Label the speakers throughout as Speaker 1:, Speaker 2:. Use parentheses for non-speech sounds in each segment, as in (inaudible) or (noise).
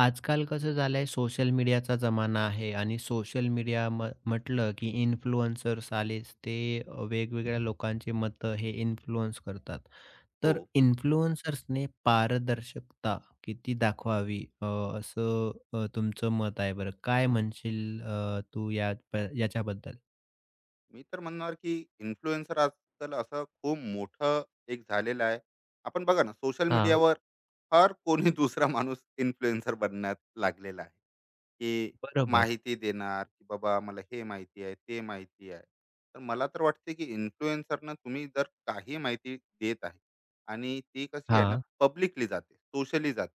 Speaker 1: आजकाल कसं झालंय सोशल मीडियाचा जमाना आहे आणि सोशल मीडिया म्हटलं की इन्फ्लुएन्सर्स आलेच. ते वेगवेगळ्या लोकांची मतं हे इन्फ्लुअन्स करतात.
Speaker 2: हो,
Speaker 1: तर इन्फ्लुएन्सर्सने पारदर्शकता किती दाखवावी असं तुमचं मत आहे बरं? काय म्हणशील तू या याच्याबद्दल?
Speaker 2: मी तर म्हणणार की इन्फ्लुएन्सर आजकाल असं खूप मोठं एक झालेलं आहे. आपण बघा ना सोशल
Speaker 1: हां,
Speaker 2: मीडियावर हर कोणी (laughs) दुसरा माणूस इन्फ्लुएन्सर बनण्यात लागलेला आहे, की
Speaker 1: बरोबर.
Speaker 2: माहिती देणार, की बाबा मला हे माहिती आहे, ते माहिती आहे. तर मला तर वाटते की इन्फ्लुएन्सरना तुम्ही जर काही माहिती देत आहे आणि ती कशी आहे ना
Speaker 1: हां,
Speaker 2: पब्लिकली जाते, सोशली जाते.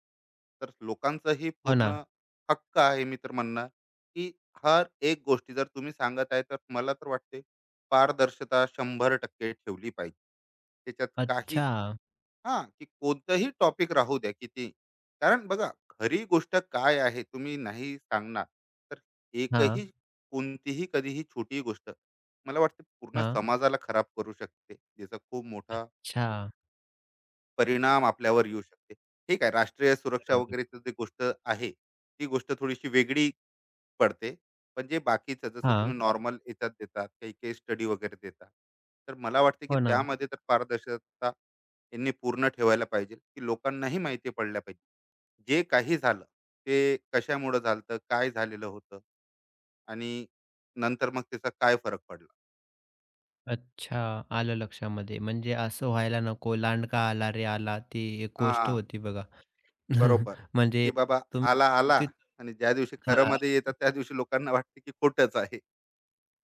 Speaker 2: तर लोकांचंही
Speaker 1: हो ना.
Speaker 2: पूर्ण हक्क आहे मी तर म्हणणार, की हर एक गोष्टी जर तुम्ही सांगत आहे तर मला तर वाटते पारदर्शता 100% ठेवली पाहिजे. त्याच्यात काही
Speaker 1: अच्छा.
Speaker 2: हां, की कोणतंही टॉपिक राहू द्या किती. कारण बघा खरी गोष्ट काय आहे तुम्ही नाही सांगणार, तर
Speaker 1: हां,
Speaker 2: एकही कोणतीही कधीही छोटी गोष्ट मला वाटते पूर्ण
Speaker 1: हां.
Speaker 2: समाजाला खराब करू शकते. ज्याचा खूप मोठा
Speaker 1: अच्छा.
Speaker 2: परिणाम आपल्यावर येऊ शकते. ठीक आहे, राष्ट्रीय सुरक्षा
Speaker 1: बरोबर.
Speaker 2: वगैरेची जी गोष्ट आहे, ती गोष्ट थोडीशी वेगळी पडते. पण जे बाकीचं जसं
Speaker 1: हां,
Speaker 2: तुम्ही नॉर्मल याच्यात देतात, काही केस स्टडी वगैरे देतात. तर मला वाटते की
Speaker 1: हो ना.
Speaker 2: त्यामध्ये तर पारदर्शकता यांनी पूर्ण ठेवायला पाहिजे, की लोकांनाही माहिती पडल्या पाहिजे. जे काही झालं, ते कशामुळं झालं, काय झालेलं होतं आणि नंतर मग त्याचा काय फरक पडला?
Speaker 1: अच्छा, आलं लक्षामध्ये. म्हणजे असं व्हायला नको, "लांडगा आला रे आला." ती एक गोष्ट
Speaker 2: हां,
Speaker 1: होती बघा.
Speaker 2: बरोबर.
Speaker 1: (laughs) म्हणजे
Speaker 2: की बाबा
Speaker 1: तुम्ही
Speaker 2: आला, आला
Speaker 1: चुकीचं
Speaker 2: आणि ज्या दिवशी खरं
Speaker 1: हां.
Speaker 2: मध्ये येतात, त्या दिवशी लोकांना वाटते की खोटंच आहे.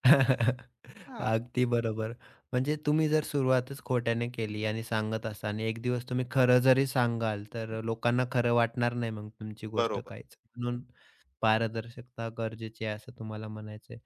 Speaker 1: (laughs)
Speaker 2: हां,
Speaker 1: अगदी बरोबर. म्हणजे तुम्ही जर सुरुवातच खोट्याने केली आणि सांगत असा आणि एक दिवस तुम्ही खरं जरी सांगाल, तर लोकांना खरं वाटणार नाही मग तुमची गोष्ट
Speaker 2: बरोबर.
Speaker 1: काहीच. म्हणून पारदर्शकता गरजेची आहे असं तुम्हाला म्हणायचंय.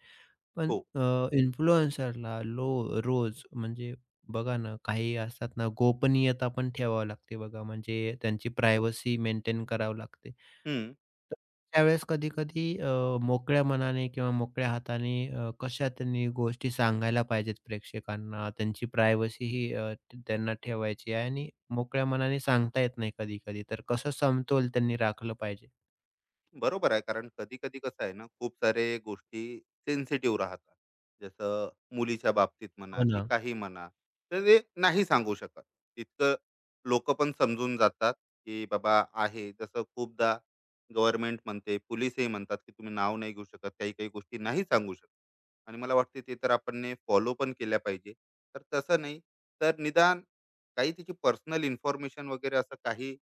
Speaker 1: पण
Speaker 2: हो.
Speaker 1: इन्फ्लुएन्सरला रोज म्हणजे बघा ना, काही असतात ना, गोपनीयता पण ठेवावी लागते बघा, म्हणजे त्यांची प्रायव्हसी मेंटेन करावी लागते.
Speaker 2: हं.
Speaker 1: तर त्यावेळेस कधी-कधी मोकळ्या मनाने किंवा मोकळ्या हाताने कशा त्यांनी गोष्टी सांगायला पाहिजेत प्रेक्षकांना. त्यांची प्रायव्हसी ही त्यांना ठेवायची आहे आणि मोकळ्या मनाने सांगता येत नाही कधी-कधी. तर कसं समतोल त्यांनी राखलं पाहिजे?
Speaker 2: बरोबर आहे, कारण कधी कधी कसं आहे ना, खूप सारे गोष्टी सेन्सिटिव्ह राहतात, जसं मुलीच्या बाबतीत म्हणा
Speaker 1: हो
Speaker 2: की
Speaker 1: ना.
Speaker 2: काही म्हणा, तर ते नाही सांगू शकत तितकं. लोक पण समजून जातात की बाबा आहे जसं खूपदा गव्हर्नमेंट म्हणते, पोलीसही म्हणतात की तुम्ही नाव नाही घेऊ शकत, काही काही गोष्टी नाही सांगू शकत, आणि मला वाटते ते तर आपण फॉलो पण केल्या पाहिजे. तर तसं नाही तर निदान काही तिची पर्सनल इन्फॉर्मेशन वगैरे असं काही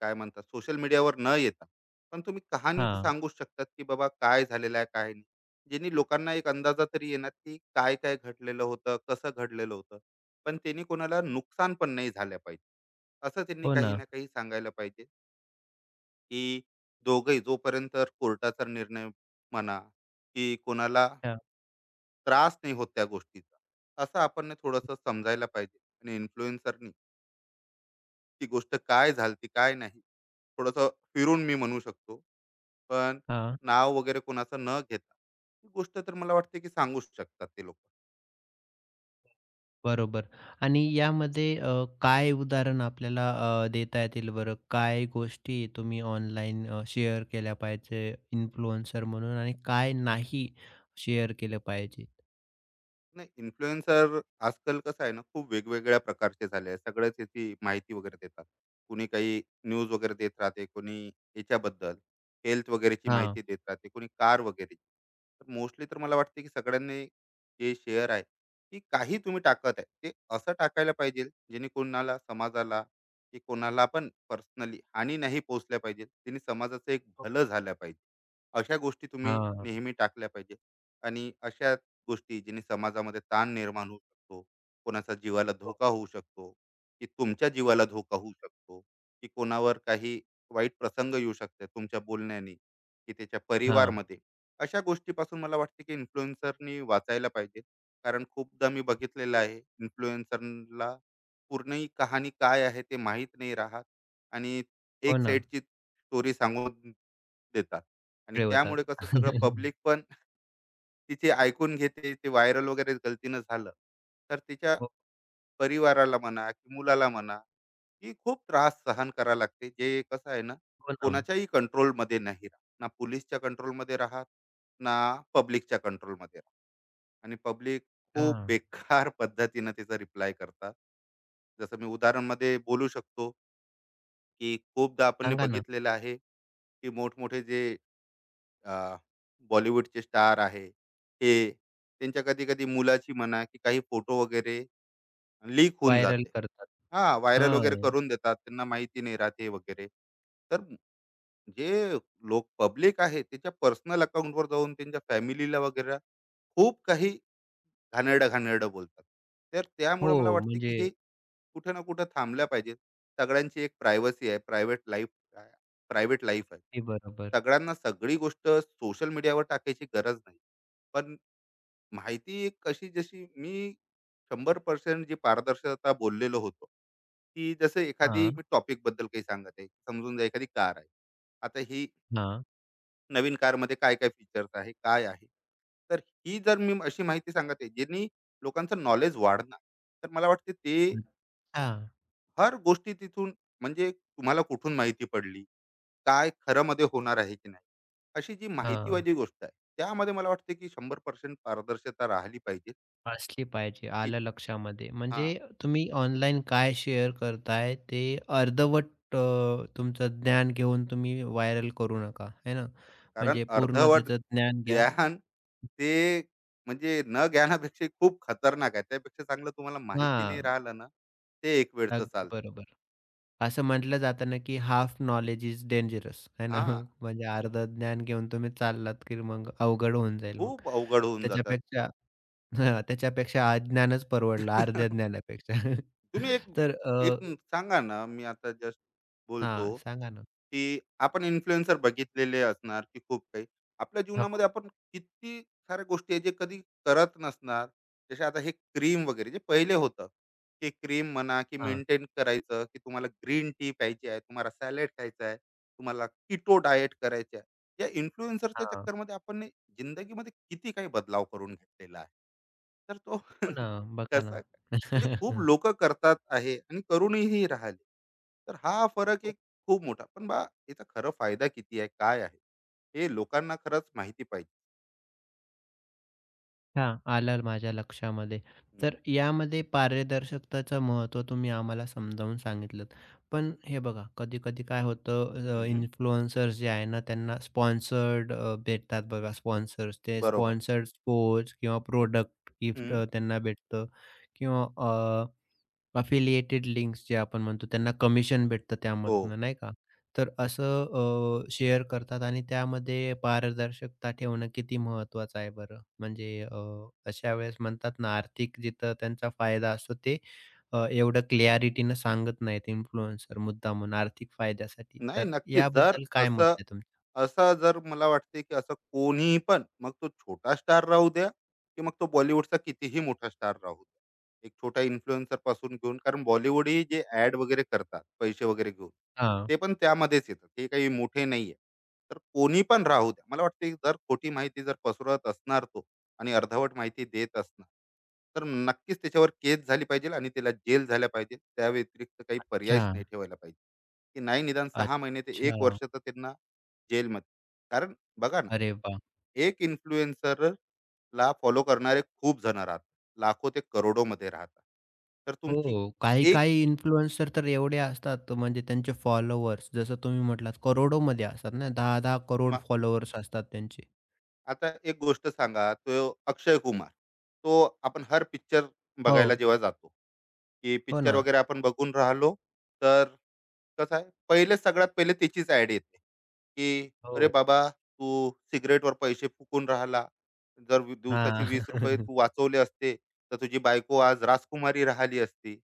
Speaker 2: काय म्हणतात सोशल मीडियावर न येता, पण तुम्ही कहाणी तर
Speaker 1: हां.
Speaker 2: सांगूच शकतात की बाबा काय झालेलं आहे काय नाही, ज्यांनी लोकांना एक अंदाजा तरी येणार की काय काय घडलेलं होतं, कसं घडलेलं होतं. पण त्यांनी कोणाला नुकसान पण नाही झालं पाहिजे, असं त्यांनी
Speaker 1: हो
Speaker 2: काही
Speaker 1: ना.
Speaker 2: ना काही सांगायला पाहिजे, की दोघही जोपर्यंत कोर्टाचा निर्णय म्हणा, की कोणाला
Speaker 1: हां.
Speaker 2: त्रास नाही होत त्या गोष्टीचा, असं आपण थोडंसं समजायला पाहिजे. आणि इन्फ्लुएन्सरनी ती गोष्ट काय झालती काय नाही थोडंसं फिरून मी म्हणू शकतो, पण
Speaker 1: हां.
Speaker 2: नाव वगैरे कोणाचं न घेता, ही गोष्ट तर मला वाटते की सांगूच शकतात ते लोक.
Speaker 1: बरोबर आणि यामध्ये काय उदाहरण आपल्याला देता येतील बरं? काय गोष्टी तुम्ही ऑनलाईन शेअर केल्या पाहिजे इन्फ्लुएन्सर म्हणून आणि काय नाही शेअर केलं पाहिजे?
Speaker 2: नाही, इन्फ्लुएन्सर आजकाल कसं आहे ना, खूप वेगवेगळ्या प्रकारचे झाले आहे. सगळ्याच याची माहिती वगैरे देतात, कोणी काही न्यूज वगैरे देत राहते, कोणी याच्याबद्दल हेल्थ वगैरेची
Speaker 1: हां.
Speaker 2: माहिती देत राहते, कोणी कार वगैरे. तर मोस्टली तर मला वाटते की सगळ्यांनी जे शेअर आहे, की काही तुम्ही टाकत आहे, ते असं टाकायला पाहिजे जेणे कोणाला समाजाला, की कोणाला पण पर्सनली हानी नाही पोहोचल्या पाहिजे, त्यांनी समाजाचं एक भलं
Speaker 1: हो.
Speaker 2: झालं पाहिजे. अशा गोष्टी तुम्ही
Speaker 1: हां.
Speaker 2: नेहमी टाकल्या पाहिजे. आणि अशा गोष्टी ज्याने समाजामध्ये ताण निर्माण होऊ शकतो, कोणाचा जीवाला
Speaker 1: हो.
Speaker 2: धोका होऊ शकतो, की तुमच्या जीवाला धोका होऊ शकतो, की कोणावर काही वाईट प्रसंग येऊ शकते तुमच्या बोलण्याने, की त्याच्या
Speaker 1: हां.
Speaker 2: परिवारमध्ये, अशा गोष्टीपासून मला वाटते की इन्फ्लुएन्सरनी वाचायला पाहिजे. कारण खूपदा मी बघितलेलं आहे इन्फ्लुएन्सरला पूर्ण कहाणी काय आहे ते माहीत नाही राहत, आणि
Speaker 1: हो
Speaker 2: एक
Speaker 1: ना.
Speaker 2: साईडची स्टोरी सांगून देतात, आणि
Speaker 1: पिळवतात.
Speaker 2: त्यामुळे कसं सगळं
Speaker 1: (laughs)
Speaker 2: पब्लिक पण तिची ऐकून घेते, ते व्हायरल वगैरे गलतीनं झालं, तर तिच्या
Speaker 1: हो,
Speaker 2: परिवाराला म्हणा की मुलाला म्हणा, की खूप त्रास सहन करावा लागते. जे कसं आहे ना,
Speaker 1: हो ना.
Speaker 2: कोणाच्याही कंट्रोलमध्ये नाही राहत. ना पोलिसच्या कंट्रोलमध्ये राहत, ना पब्लिकच्या कंट्रोलमध्ये राहत. आणि पब्लिक खूप
Speaker 1: हां.
Speaker 2: बेकार (laughs) पद्धतीनं त्याचा रिप्लाय करतात. जसं मी उदाहरणमध्ये बोलू शकतो, की खूपदा आपण हे
Speaker 1: सांगा ना.
Speaker 2: बघितलेलं आहे, की मोठमोठे जे अ, बॉलिवूडचे स्टार आहे, हे त्यांच्या कधी कधी मुलाची म्हणा की काही फोटो वगैरे लीक होऊन
Speaker 1: व्हायरल
Speaker 2: जाते.
Speaker 1: करतात.
Speaker 2: हा, व्हायरल वगैरे
Speaker 1: हां.
Speaker 2: करून देतात, त्यांना माहिती नाही राहते वगैरे. तर जे लोक पब्लिक आहे, त्याच्या पर्सनल अकाउंटवर जाऊन त्यांच्या फॅमिलीला वगैरे खूप काही घाणेरडं, घाणेरडं बोलतात. तर
Speaker 1: हो,
Speaker 2: त्यामुळे मला वाटते,
Speaker 1: म्हणजे
Speaker 2: की हे कुठं ना कुठं थांबल्या पाहिजेत. सगळ्यांची एक प्रायव्हसी आहे, प्रायव्हेट लाईफ आहे, प्रायव्हेट लाईफ आहे.
Speaker 1: ते बरोबर.
Speaker 2: सगळ्यांना सगळी गोष्ट सोशल मीडियावर टाकायची गरज नाही. पण माहिती एक कशी जशी मी 100% जी पारदर्शकता बोललेलो होतो, की जसं एखादी
Speaker 1: हां,
Speaker 2: मी टॉपिकबद्दल काही सांगत आहे. समजून जा एखादी कार आहे. आता ही
Speaker 1: हां.
Speaker 2: नवीन कारमध्ये काय काय फीचर्स आहे, काय आहे? तर ही जर मी अशी माहिती सांगत आहे, ज्यांनी लोकांचं नॉलेज वाढणार, तर मला वाटते ते
Speaker 1: अच्छा.
Speaker 2: हर गोष्टी तिथून, म्हणजे तुम्हाला कुठून माहिती पडली, काय खरंमध्ये होणार आहे की नाही, अशी जी
Speaker 1: हां.
Speaker 2: माहितीवाली गोष्ट आहे, त्यामध्ये मला वाटते की 100% पारदर्शकता राहिली पाहिजे,
Speaker 1: असली पाहिजे.
Speaker 2: की
Speaker 1: आलं लक्षामध्ये.
Speaker 2: हां,
Speaker 1: म्हणजे तुम्ही ऑनलाईन काय शेअर करताय ते अर्धवट अ, तुमचं ज्ञान घेऊन तुम्ही व्हायरल करू नका, है ना?
Speaker 2: कारण
Speaker 1: म्हणजे पूर्ण
Speaker 2: अर्धवट
Speaker 1: त्याचं ज्ञान घ्या.
Speaker 2: ज्ञान ते म्हणजे न ज्ञानापेक्षा खूप खतरनाक आहे. त्यापेक्षा चांगलं तुम्हाला माहिती नाही
Speaker 1: हां,
Speaker 2: राहिलं ना, ते एक वेळचं
Speaker 1: अगदी
Speaker 2: चालतं.
Speaker 1: बरोबर. असं म्हटलं जातं ना, की हाफ नॉलेज इज डेंजरस, आहे ना?
Speaker 2: हां.
Speaker 1: (laughs) म्हणजे अर्धं ज्ञान घेऊन तुम्ही चाललात, की मग अवघड होऊन जाईल मग.
Speaker 2: खूप अवघड होऊन जातात.
Speaker 1: त्याच्यापेक्षा हां, त्याच्यापेक्षा अज्ञानच परवडलं अर्ध्या
Speaker 2: (laughs)
Speaker 1: ज्ञानापेक्षा.
Speaker 2: तुम्ही एक
Speaker 1: (laughs) तर
Speaker 2: एक सांगा ना, मी आता जस्ट
Speaker 1: हां,
Speaker 2: बोलतो,
Speaker 1: सांगा ना.
Speaker 2: की आपण इन्फ्लुएन्सर बघितलेले असणार की खूप काही आपल्या
Speaker 1: हो,
Speaker 2: जीवनामध्ये आपण किती साऱ्या गोष्टी आहे जे कधी करत नसणार, जसे आता हे क्रीम वगैरे जे पहिले होतं, की क्रीम म्हणा की
Speaker 1: हां.
Speaker 2: मेंटेन करायचं, की तुम्हाला ग्रीन टी प्यायची आहे, तुम्हाला सॅलड खायचं आहे, तुम्हाला किटो डाएट करायचे आहे. या इन्फ्लुएन्सरच्या
Speaker 1: हां.
Speaker 2: चक्करमध्ये आपण ने जिंदगीमध्ये किती काही बदलाव करून घेतलेला आहे, तर तो (laughs)
Speaker 1: हो ना, बघा ना.
Speaker 2: कसा, म्हणजे खूप
Speaker 1: (laughs)
Speaker 2: लोक करतात आहे आणि करूनही राहिले. तर हा फरक
Speaker 1: खूप
Speaker 2: एक खूप मोठा पण बा याचा खरं फायदा किती आहे काय आहे, हे लोकांना खरंच माहिती पाहिजे.
Speaker 1: छान. आलं माझ्या लक्षामध्ये.
Speaker 2: हम्म,
Speaker 1: तर यामध्ये पारदर्शकताचं महत्त्व तुम्ही आम्हाला समजावून सांगितलंत. पण हे बघा, कधी-कधी काय होतं
Speaker 2: हम्म,
Speaker 1: इन्फ्लुएन्सर्स जे आहे ना, त्यांना स्पॉन्सर्ड भेटतात बघा स्पॉन्सर्स. ते
Speaker 2: बरोबर,
Speaker 1: स्पॉन्सर्ड स्पोर्ट्स किंवा प्रोडक्ट गिफ्ट
Speaker 2: हम्म.
Speaker 1: त्यांना भेटतं किंवा अफिलिएटेड लिंक्स जे आपण म्हणतो त्यांना कमिशन भेटतं
Speaker 2: हो,
Speaker 1: त्यामधनं नाही का? तर असं शेअर करतात आणि त्यामध्ये पारदर्शकता ठेवणं किती महत्त्वाचं आहे बरं? म्हणजे अशा वेळेस म्हणतात ना आर्थिक जिथं त्यांचा फायदा असतो ते एवढं क्लॅरिटीनं सांगत नाहीत इन्फ्लुएन्सर मुद्दामून आर्थिक फायद्यासाठी.
Speaker 2: नाही,
Speaker 1: तर
Speaker 2: नक्की जर
Speaker 1: याबद्दल काय मत
Speaker 2: असं
Speaker 1: आहे तुमचं?
Speaker 2: असं जर मला वाटते की असं कोणीही, पण मग तो छोटा स्टार राहू द्या, की मग तो बॉलिवूडचा कितीही मोठा स्टार राहू द्या, एक छोटा इन्फ्लुएन्सर पासून घेऊन, कारण बॉलिवूड ही जे ऍड वगैरे करतात पैसे वगैरे घेऊन,
Speaker 1: हां.
Speaker 2: ते पण त्यामध्येच येतात, ते काही मोठे नाहीये. तर कोणी पण राहू द्या, मला वाटते जर खोटी माहिती जर पसरवत असणार तो, आणि अर्धवट माहिती देत असणार, तर नक्कीच त्याच्यावर केस झाली पाहिजे आणि त्याला जेल झाल्या पाहिजे, त्या व्यतिरिक्त काही
Speaker 1: अच्छा.
Speaker 2: पर्यायच नाही ठेवायला पाहिजे, की नाही निदान 6 महिने ते
Speaker 1: अच्छा.
Speaker 2: एक वर्ष तर त्यांना जेलमध्ये. कारण बघा ना,
Speaker 1: अरे वाह!
Speaker 2: एक इन्फ्लुएन्सर ला फॉलो करणारे खूप जण राहतात. लाखो ते करोडोमध्ये राहतात. तर तुमची
Speaker 1: हो.
Speaker 2: एक
Speaker 1: काही-काही इन्फ्लुएन्सर तर एवढे असतात म्हणजे त्यांचे फॉलोवर्स जसं तुम्ही म्हटलात करोडोमध्ये असतात ना 10-10 करोड फॉलोवर्स असतात त्यांचे.
Speaker 2: आता एक गोष्ट सांगा, तो अक्षय कुमार, तो आपण हर पिक्चर
Speaker 1: हो.
Speaker 2: बघायला जेव्हा जातो, की
Speaker 1: हो
Speaker 2: पिक्चर हं,
Speaker 1: ना.
Speaker 2: वगैरे आपण बघून राहिलो, तर कसं आहे, पहिले सगळ्यात पहिले त्याचीच ॲड येते, की "अरे
Speaker 1: हो.
Speaker 2: बाबा, तू सिगारेटवर पैसे फुकून राहिला. जर दिवसाचे
Speaker 1: हां.
Speaker 2: ₹20
Speaker 1: (laughs)
Speaker 2: तू वाचवले असते, तर तुझी बायको आज राजकुमारी राहिली असती."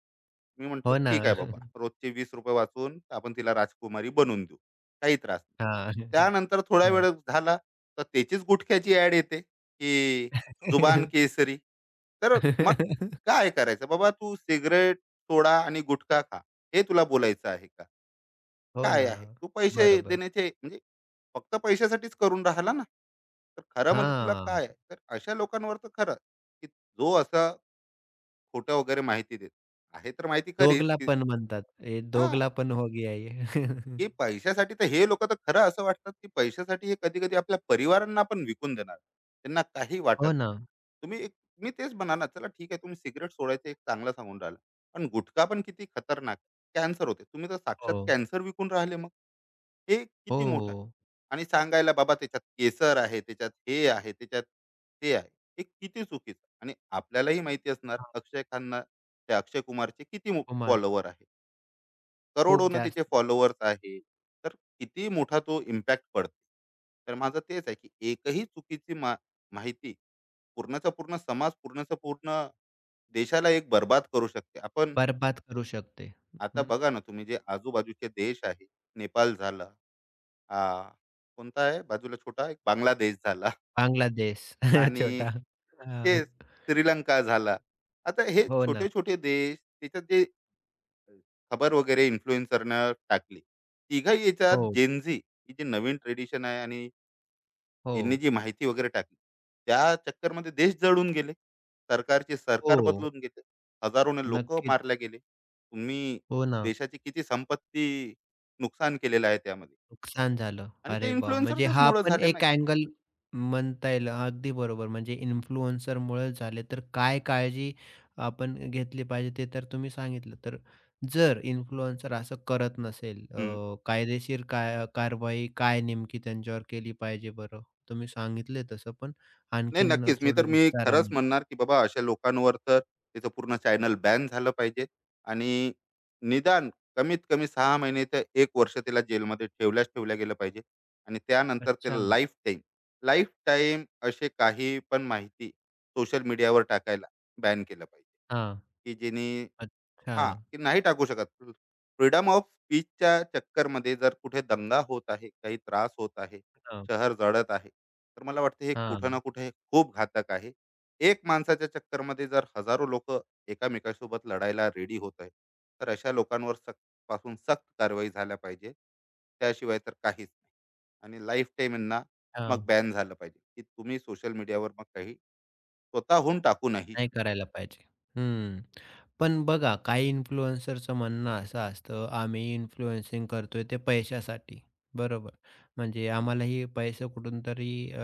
Speaker 2: मी म्हणतो
Speaker 1: हो ना.
Speaker 2: ठीक आहे बाबा,
Speaker 1: (laughs)
Speaker 2: रोजचे ₹20 वाचून आपण तिला राजकुमारी बनवून देऊ, काही त्रास नाही.
Speaker 1: हां.
Speaker 2: त्यानंतर थोडा
Speaker 1: हां.
Speaker 2: वेळ झाला, तर त्याचीच गुटख्याची ऍड येते की जुबान केसरी. तर मग
Speaker 1: (laughs)
Speaker 2: काय करायचं बाबा, तू सिगरेट सोडा आणि गुटखा खा, हे तुला बोलायचं आहे का?
Speaker 1: हो
Speaker 2: काय
Speaker 1: ना.
Speaker 2: आहे, तू पैसे
Speaker 1: बरोबर.
Speaker 2: देण्याचे म्हणजे फक्त पैशासाठीच करून राहिला ना. तर खरं मध्ये तुला
Speaker 1: हां.
Speaker 2: काय आहे, तर अशा लोकांवर तर खरं, की जो असं खोटं वगैरे माहिती देत आहे, तर माहिती खरीच, की
Speaker 1: दोगलापण म्हणतात. हे
Speaker 2: हां,
Speaker 1: दोगलापन हो गया ये.
Speaker 2: की
Speaker 1: (laughs)
Speaker 2: पैशासाठी तर हे लोकं तर खरं असं वाटतात, की पैशासाठी हे कधी-कधी आपल्या परिवारांना पण विकून देणार. त्यांना काही वाटत
Speaker 1: हो ना.
Speaker 2: नाही. तुम्ही एक, मी तेच म्हणाला, चला ठीक आहे तुम्ही सिगारेट सोडायचं एक चांगलं सांगून राहिला. पण गुटखा पण किती खतरनाक, कॅन्सर होते. तुम्ही तर साक्षात
Speaker 1: हो.
Speaker 2: कॅन्सर विकून राहिले मग. हे किती मोठं आहे.
Speaker 1: हो.
Speaker 2: आणि सांगायला बाबा त्याच्यात केसर आहे, त्याच्यात हे आहे, त्याच्यात ते आहे. हे किती चुकीचं. आणि आपल्यालाही माहिती असणार
Speaker 1: हां.
Speaker 2: अक्षय खानना, त्या अक्षय कुमारचे किती
Speaker 1: कुमार
Speaker 2: फॉलोवर आहे.
Speaker 1: खूप
Speaker 2: करोडोनं त्याचे
Speaker 1: जास्त
Speaker 2: फॉलोवर्स आहे. तर किती मोठा तो इम्पॅक्ट पडतो. तर माझं तेच आहे, की एकही चुकीची माहिती पूर्णचा पूर्ण समाज, पूर्णचा पूर्ण देशाला एक बरबाद करू शकते. आपण
Speaker 1: बरबाद करू शकते.
Speaker 2: आता
Speaker 1: हं.
Speaker 2: बघा ना, तुम्ही जे आजूबाजूचे देश आहे, नेपाळ झाला, अ, कोणता आहे बाजूला छोटा एक, बांगलादेश झाला,
Speaker 1: बांगलादेश (laughs)
Speaker 2: आणि
Speaker 1: छोटा. हां.
Speaker 2: तेच श्रीलंका झाला. आता हे
Speaker 1: हो ना.
Speaker 2: छोटे-छोटे देश त्याच्यात जे खबर वगैरे इन्फ्लुएन्सरनं टाकली. तिघाही याच्यात
Speaker 1: हो,
Speaker 2: Gen Z ही जी नवीन ट्रेडिशन आहे, आणि
Speaker 1: हो,
Speaker 2: यांनी जी माहिती वगैरे टाकली, त्या चक्करमध्ये देश जळून गेले. सरकारचे
Speaker 1: हो.
Speaker 2: सरकार बदलून गेले. हजारोने लोकं मारले
Speaker 1: नक्कीच.
Speaker 2: गेले. तुम्ही
Speaker 1: हो ना.
Speaker 2: देशाची किती संपत्ती नुकसान केलेलं आहे त्यामध्ये.
Speaker 1: नुकसान झालं.
Speaker 2: आणि ते
Speaker 1: अरे वाह! म्हणजे
Speaker 2: इन्फ्लुएन्सरच्याच
Speaker 1: हा
Speaker 2: मुळं
Speaker 1: पण
Speaker 2: झाले ना.
Speaker 1: एक अँगल म्हणता येईल. अगदी बरोबर. म्हणजे इन्फ्लुएन्सरमुळेच झाले. तर काय काळजी आपण घेतली पाहिजे ते तर तुम्ही सांगितलं. तर जर इन्फ्लुएन्सर असं करत नसेल,
Speaker 2: हं.
Speaker 1: कायदेशीर काय कारवाई काय नेमकी त्यांच्यावर केली पाहिजे बरं? तुम्ही सांगितले तसं पण
Speaker 2: नाही,
Speaker 1: आणखीन
Speaker 2: नक्कीच. मी तर
Speaker 1: थोडं
Speaker 2: मी खरंच
Speaker 1: विस्तारामध्ये.
Speaker 2: म्हणणार, की बाबा अशा लोकांवर तर त्याचं पूर्ण चॅनल बॅन झालं पाहिजे, आणि निदान कमीत कमी 6 महिने तर एक वर्ष त्याला जेलमध्ये ठेवल्या गेलं पाहिजे. आणि त्यानंतर त्याला
Speaker 1: अच्छा.
Speaker 2: लाईफ टाईम, लाईफ टाईम असे काही पण माहिती सोशल मीडियावर टाकायला बॅन केलं पाहिजे,
Speaker 1: हां.
Speaker 2: की जेणे
Speaker 1: अच्छा.
Speaker 2: हां, ते नाही टाकू शकत. फ्रीडम ऑफ स्पीचच्या चक्करमध्ये जर कुठे दंगा होत आहे, काही त्रास होत आहे,
Speaker 1: हां,
Speaker 2: शहर जळत आहे, तर मला वाटतं हे कुठं ना
Speaker 1: हां,
Speaker 2: कुठे खूप घातक आहे. एक माणसाच्या चक्करमध्ये जर हजारो लोक एकामेकांसोबत लढायला रेडी होत आहे, तर अशा लोकांवर सक्त पासून सक्त कारवाई झाल्या पाहिजे. त्याशिवाय तर काहीच नाही. आणि लाईफ टाईम यांना मग
Speaker 1: हां.
Speaker 2: बॅन झालं पाहिजे, की तुम्ही सोशल मीडियावर मग काही स्वतःहून टाकू नाही
Speaker 1: नाही
Speaker 2: शकत.
Speaker 1: करायला पाहिजे. हं. पण बघा काही इन्फ्लुएन्सरचं म्हणणं असं असतं, आम्ही इन्फ्लुएन्सिंग करतोय ते पैशासाठी. बरोबर. म्हणजे आम्हाला पैसे कुठून तरी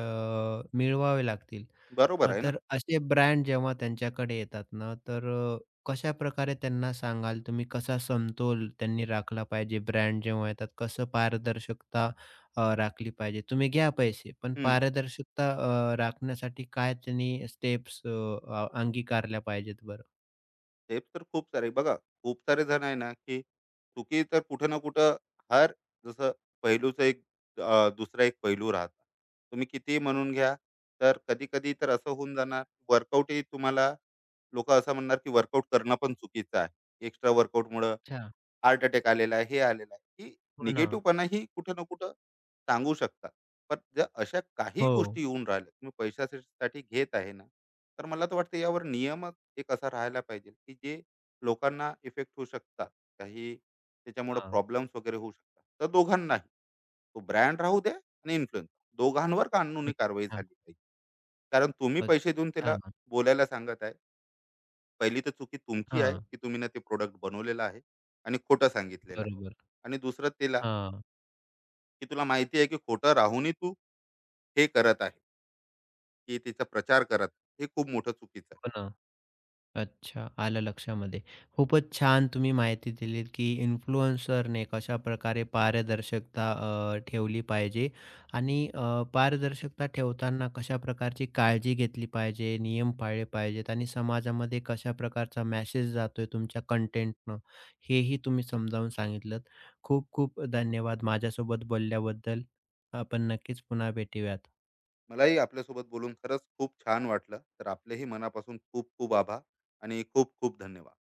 Speaker 1: मिळवावे लागतील.
Speaker 2: बरोबर आहे ना?
Speaker 1: तर असे ब्रँड जेव्हा त्यांच्याकडे येतात ना, तर कशाप्रकारे त्यांना सांगाल तुम्ही? कसा समतोल त्यांनी राखला पाहिजे? ब्रँड जेव्हा येतात, कसं पारदर्शकता राखली पाहिजे? तुम्ही घ्या पैसे, पण
Speaker 2: हं.
Speaker 1: पारदर्शकता राखण्यासाठी काय त्यांनी स्टेप्स अंगीकारल्या पाहिजेत बरं?
Speaker 2: टिप्स तर खूप सारे बघा, खूप सारे जण आहे ना, की चुकी तर कुठं ना कुठं हर, जसं पैलूचं एक, दुसरा एक पैलू राहता. तुम्ही कितीही म्हणून घ्या, तर कधी कधी तर असं होऊन जाणार. वर्कआउटही तुम्हाला लोक असं म्हणणार की वर्कआउट करणं पण चुकीचं आहे, एक्स्ट्रा वर्कआउटमुळं
Speaker 1: अच्छा.
Speaker 2: हार्ट अटॅक आलेला आहे, हे आलेलं आहे,
Speaker 1: हो
Speaker 2: की
Speaker 1: ना.
Speaker 2: ही कुठे ना कुठं सांगू शकतात. पण जर अशा काही
Speaker 1: हो.
Speaker 2: गोष्टी येऊन राहिल्या, तुम्ही पैशासाठी घेत आहे ना, तर मला तर वाटतं यावर नियमच एक असा राहायला पाहिजे, की जे लोकांना इफेक्ट होऊ शकतात. काही त्याच्यामुळे
Speaker 1: हां.
Speaker 2: प्रॉब्लेम्स वगैरे होऊ शकतात. तर दोघांनाही, तो ब्रँड राहू द्या आणि इन्फ्लुएन्सर, दोघांवर कानूनी कारवाई
Speaker 1: अच्छा.
Speaker 2: झाली पाहिजे. कारण तुम्ही पैसे देऊन
Speaker 1: अच्छा.
Speaker 2: त्याला बोलायला सांगत आहे. पहिली तर चुकी तुमची आहे
Speaker 1: हां.
Speaker 2: की तुम्ही ना ते प्रोडक्ट बनवलेलं आहे आणि खोटं सांगितलेलं आहे.
Speaker 1: बरोबर.
Speaker 2: आणि दुसरं तिला,
Speaker 1: हां.
Speaker 2: की तुला माहिती आहे की खोटं राहूनही तू हे करत आहे, की तिचा प्रचार करत आहे. हे खूप मोठं चुकीचं आहे.
Speaker 1: हो ना. अच्छा, आलं लक्षामध्ये. खूपच छान तुम्ही माहिती दिलीत, की इन्फ्लुएन्सरने कशाप्रकारे पारदर्शकता ठेवली पाहिजे आणि पारदर्शकता ठेवताना कशा प्रकारची काळजी घेतली पाहिजे, नियम पाळले पाहिजेत आणि समाजामध्ये कशा प्रकारचा मेसेज जातोय तुमच्या कंटेंटनं, हेही तुम्ही समजावून सांगितलंत. खूप खूप धन्यवाद माझ्यासोबत बोलल्याबद्दल. आपण नक्कीच पुन्हा भेटूयात.
Speaker 2: मलाही आपल्यासोबत बोलून खरंच खूप छान वाटलं, तर आपलेही मनापासून खूप खूप आभार आणि खूप खूप धन्यवाद.